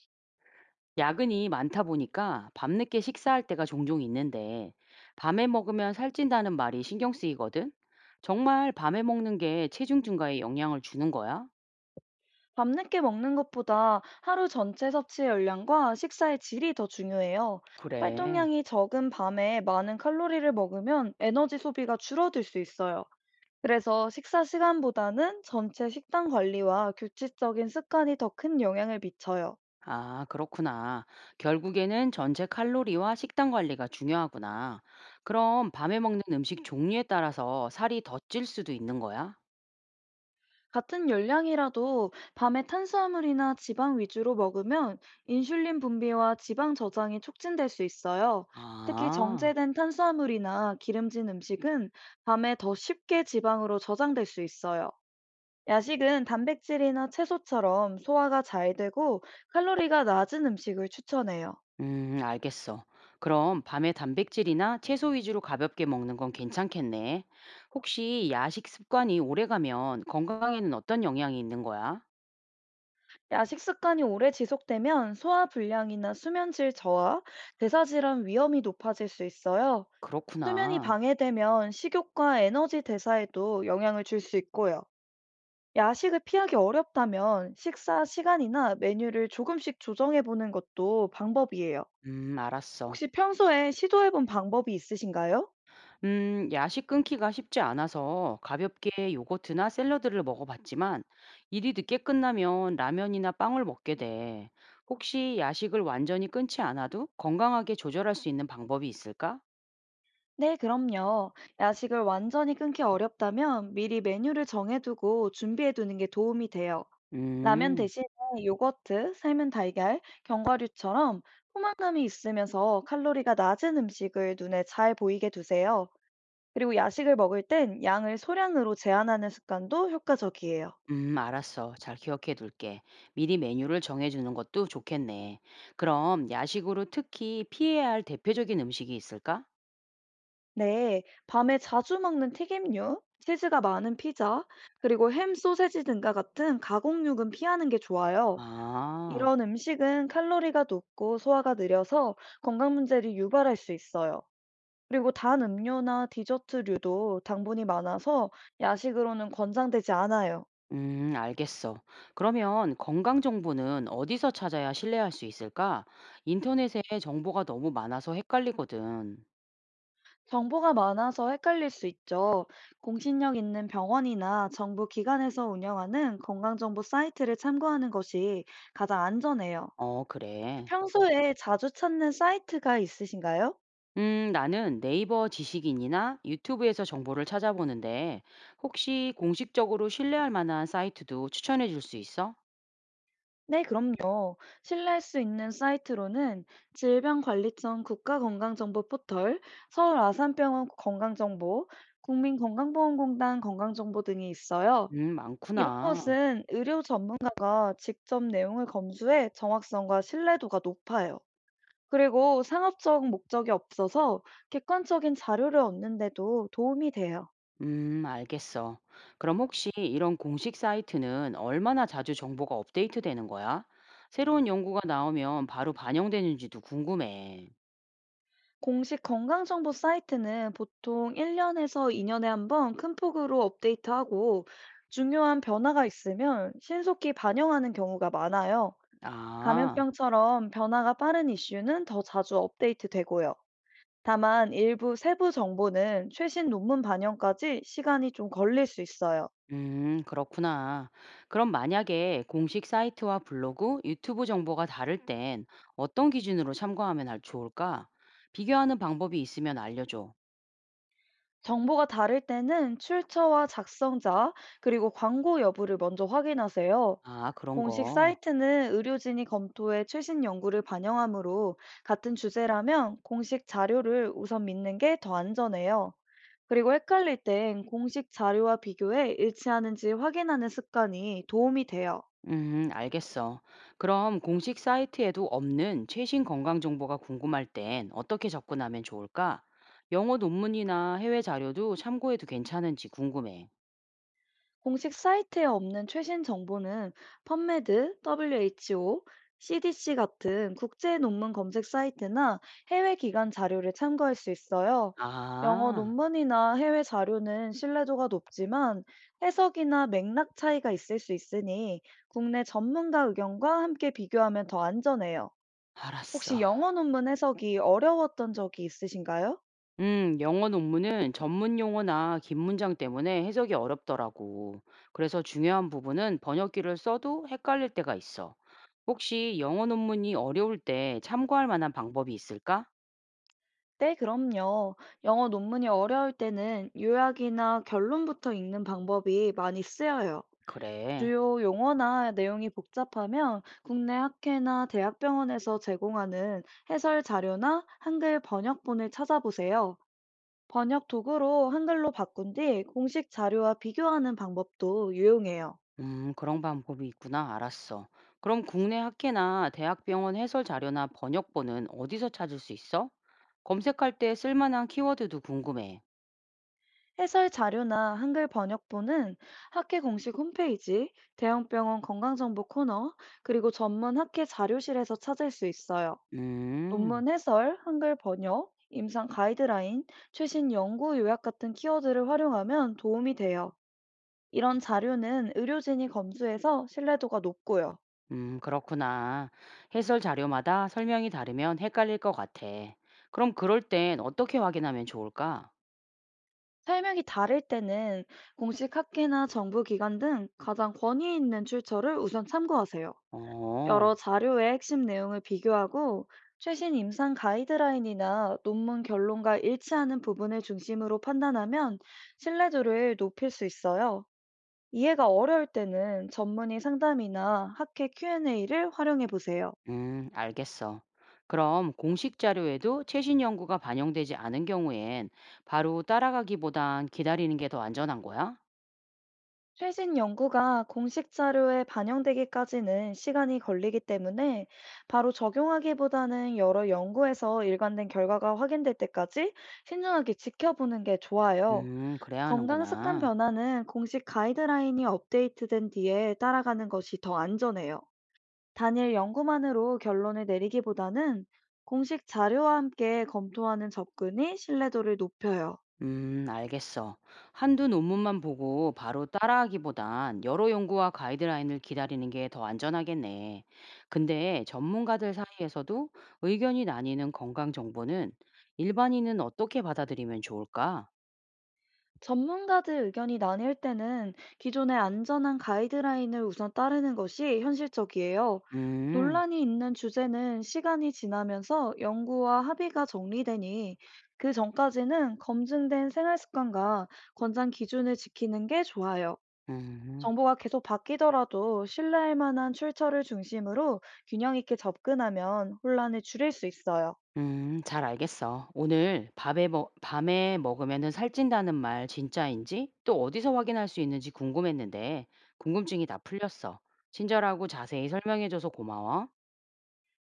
야근이 많다 보니까 밤늦게 식사할 때가 종종 있는데 밤에 먹으면 살찐다는 말이 신경 쓰이거든? 정말 밤에 먹는 게 체중 증가에 영향을 주는 거야? 밤늦게 먹는 것보다 하루 전체 섭취의 열량과 식사의 질이 더 중요해요. 그래. 활동량이 적은 밤에 많은 칼로리를 먹으면 에너지 소비가 줄어들 수 있어요. 그래서 식사 시간보다는 전체 식단 관리와 규칙적인 습관이 더 큰 영향을 미쳐요. 아, 그렇구나. 결국에는 전체 칼로리와 식단 관리가 중요하구나. 그럼 밤에 먹는 음식 종류에 따라서 살이 더 찔 수도 있는 거야? 같은 열량이라도 밤에 탄수화물이나 지방 위주로 먹으면 인슐린 분비와 지방 저장이 촉진될 수 있어요. 특히 아. 정제된 탄수화물이나 기름진 음식은 밤에 더 쉽게 지방으로 저장될 수 있어요. 야식은 단백질이나 채소처럼 소화가 잘 되고 칼로리가 낮은 음식을 추천해요. 알겠어. 그럼 밤에 단백질이나 채소 위주로 가볍게 먹는 건 괜찮겠네. 혹시 야식 습관이 오래가면 건강에는 어떤 영향이 있는 거야? 야식 습관이 오래 지속되면 소화 불량이나 수면질 저하, 대사질환 위험이 높아질 수 있어요. 수면이 그렇구나. 방해되면 식욕과 에너지 대사에도 영향을 줄 수 있고요. 야식을 피하기 어렵다면 식사 시간이나 메뉴를 조금씩 조정해 보는 것도 방법이에요. 알았어. 혹시 평소에 시도해 본 방법이 있으신가요? 야식 끊기가 쉽지 않아서 가볍게 요거트나 샐러드를 먹어봤지만 일이 늦게 끝나면 라면이나 빵을 먹게 돼. 혹시 야식을 완전히 끊지 않아도 건강하게 조절할 수 있는 방법이 있을까? 네, 그럼요. 야식을 완전히 끊기 어렵다면 미리 메뉴를 정해두고 준비해 두는 게 도움이 돼요. 라면 음. 대신에 요거트, 삶은 달걀, 견과류처럼 포만감이 있으면서 칼로리가 낮은 음식을 눈에 잘 보이게 두세요. 그리고 야식을 먹을 땐 양을 소량으로 제한하는 습관도 효과적이에요. 알았어. 잘 기억해 둘게. 미리 메뉴를 정해주는 것도 좋겠네. 그럼 야식으로 특히 피해야 할 대표적인 음식이 있을까? 네, 밤에 자주 먹는 튀김류, 치즈가 많은 피자, 그리고 햄, 소세지 등과 같은 가공육은 피하는 게 좋아요. 아, 이런 음식은 칼로리가 높고 소화가 느려서 건강 문제를 유발할 수 있어요. 그리고 단 음료나 디저트류도 당분이 많아서 야식으로는 권장되지 않아요. 알겠어. 그러면 건강 정보는 어디서 찾아야 신뢰할 수 있을까? 인터넷에 정보가 너무 많아서 헷갈리거든. 정보가 많아서 헷갈릴 수 있죠. 공신력 있는 병원이나 정부 기관에서 운영하는 건강정보 사이트를 참고하는 것이 가장 안전해요. 어, 혹시 그래. 평소에 자주 찾는 사이트가 있으신가요? 나는 네이버 지식인이나 유튜브에서 정보를 찾아보는데 혹시 공식적으로 신뢰할 만한 사이트도 추천해 줄 수 있어? 네, 그럼요. 신뢰할 수 있는 사이트로는 질병관리청 국가건강정보 포털, 서울 아산병원 건강정보, 국민건강보험공단 건강정보 등이 있어요. 이런 많구나. 곳은 의료 전문가가 직접 내용을 검수해 정확성과 신뢰도가 높아요. 그리고 상업적 목적이 없어서 객관적인 자료를 얻는데도 도움이 돼요. 알겠어. 그럼 혹시 이런 공식 사이트는 얼마나 자주 정보가 업데이트되는 거야? 새로운 연구가 나오면 바로 반영되는지도 궁금해. 공식 건강정보 사이트는 보통 1년에서 2년에 한 번 큰 폭으로 업데이트하고 중요한 변화가 있으면 신속히 반영하는 경우가 많아요. 아, 감염병처럼 변화가 빠른 이슈는 더 자주 업데이트되고요. 다만 일부 세부 정보는 최신 논문 반영까지 시간이 좀 걸릴 수 있어요. 그렇구나. 그럼 만약에 공식 사이트와 블로그, 유튜브 정보가 다를 땐 어떤 기준으로 참고하면 좋을까? 비교하는 방법이 있으면 알려줘. 정보가 다를 때는 출처와 작성자, 그리고 광고 여부를 먼저 확인하세요. 아, 그런 공식 거. 사이트는 의료진이 검토해 최신 연구를 반영하므로 같은 주제라면 공식 자료를 우선 믿는 게 더 안전해요. 그리고 헷갈릴 땐 공식 자료와 비교해 일치하는지 확인하는 습관이 도움이 돼요. 알겠어. 그럼 공식 사이트에도 없는 최신 건강 정보가 궁금할 땐 어떻게 접근하면 좋을까? 영어 논문이나 해외 자료도 참고해도 괜찮은지 궁금해. 공식 사이트에 없는 최신 정보는 펀메드, WHO, CDC 같은 국제 논문 검색 사이트나 해외 기관 자료를 참고할 수 있어요. 영어 아, 논문이나 해외 자료는 신뢰도가 높지만 해석이나 맥락 차이가 있을 수 있으니 국내 전문가 의견과 함께 비교하면 더 안전해요. 혹시 알았어. 영어 논문 해석이 어려웠던 적이 있으신가요? 영어 논문은 전문 용어나 긴 문장 때문에 해석이 어렵더라고. 그래서 중요한 부분은 번역기를 써도 헷갈릴 때가 있어. 혹시 영어 논문이 어려울 때 참고할 만한 방법이 있을까? 네, 그럼요. 영어 논문이 어려울 때는 요약이나 결론부터 읽는 방법이 많이 쓰여요. 그래. 주요 용어나 내용이 복잡하면 국내 학회나 대학병원에서 제공하는 해설 자료나 한글 번역본을 찾아보세요. 번역 도구로 한글로 바꾼 뒤 공식 자료와 비교하는 방법도 유용해요. 그런 방법이 있구나. 알았어. 그럼 국내 학회나 대학병원 해설 자료나 번역본은 어디서 찾을 수 있어? 검색할 때 쓸만한 키워드도 궁금해. 해설 자료나 한글 번역본은 학회 공식 홈페이지, 대형병원 건강정보 코너, 그리고 전문 학회 자료실에서 찾을 수 있어요. 음, 논문 해설, 한글 번역, 임상 가이드라인, 최신 연구 요약 같은 키워드를 활용하면 도움이 돼요. 이런 자료는 의료진이 검수해서 신뢰도가 높고요. 그렇구나. 해설 자료마다 설명이 다르면 헷갈릴 것 같아. 그럼 그럴 땐 어떻게 확인하면 좋을까? 설명이 다를 때는 공식 학회나 정부 기관 등 가장 권위 있는 출처를 우선 참고하세요. 어, 여러 자료의 핵심 내용을 비교하고 최신 임상 가이드라인이나 논문 결론과 일치하는 부분을 중심으로 판단하면 신뢰도를 높일 수 있어요. 이해가 어려울 때는 전문의 상담이나 학회 Q&A를 활용해 보세요. 알겠어. 그럼 공식 자료에도 최신 연구가 반영되지 않은 경우엔 바로 따라가기보단 기다리는 게 더 안전한 거야? 최신 연구가 공식 자료에 반영되기까지는 시간이 걸리기 때문에 바로 적용하기보다는 여러 연구에서 일관된 결과가 확인될 때까지 신중하게 지켜보는 게 좋아요. 음, 그래야 건강 습관 하는구나. 변화는 공식 가이드라인이 업데이트된 뒤에 따라가는 것이 더 안전해요. 단일 연구만으로 결론을 내리기보다는 공식 자료와 함께 검토하는 접근이 신뢰도를 높여요. 음, 알겠어. 한두 논문만 보고 바로 따라하기보단 여러 연구와 가이드라인을 기다리는 게 더 안전하겠네. 근데 전문가들 사이에서도 의견이 나뉘는 건강 정보는 일반인은 어떻게 받아들이면 좋을까? 전문가들 의견이 나뉠 때는 기존의 안전한 가이드라인을 우선 따르는 것이 현실적이에요. 음. 논란이 있는 주제는 시간이 지나면서 연구와 합의가 정리되니 그 전까지는 검증된 생활 습관과 권장 기준을 지키는 게 좋아요. 음. 정보가 계속 바뀌더라도 신뢰할 만한 출처를 중심으로 균형 있게 접근하면 혼란을 줄일 수 있어요. 잘 알겠어. 오늘 밤에 먹으면은 살찐다는 말 진짜인지 또 어디서 확인할 수 있는지 궁금했는데 궁금증이 다 풀렸어. 친절하고 자세히 설명해줘서 고마워.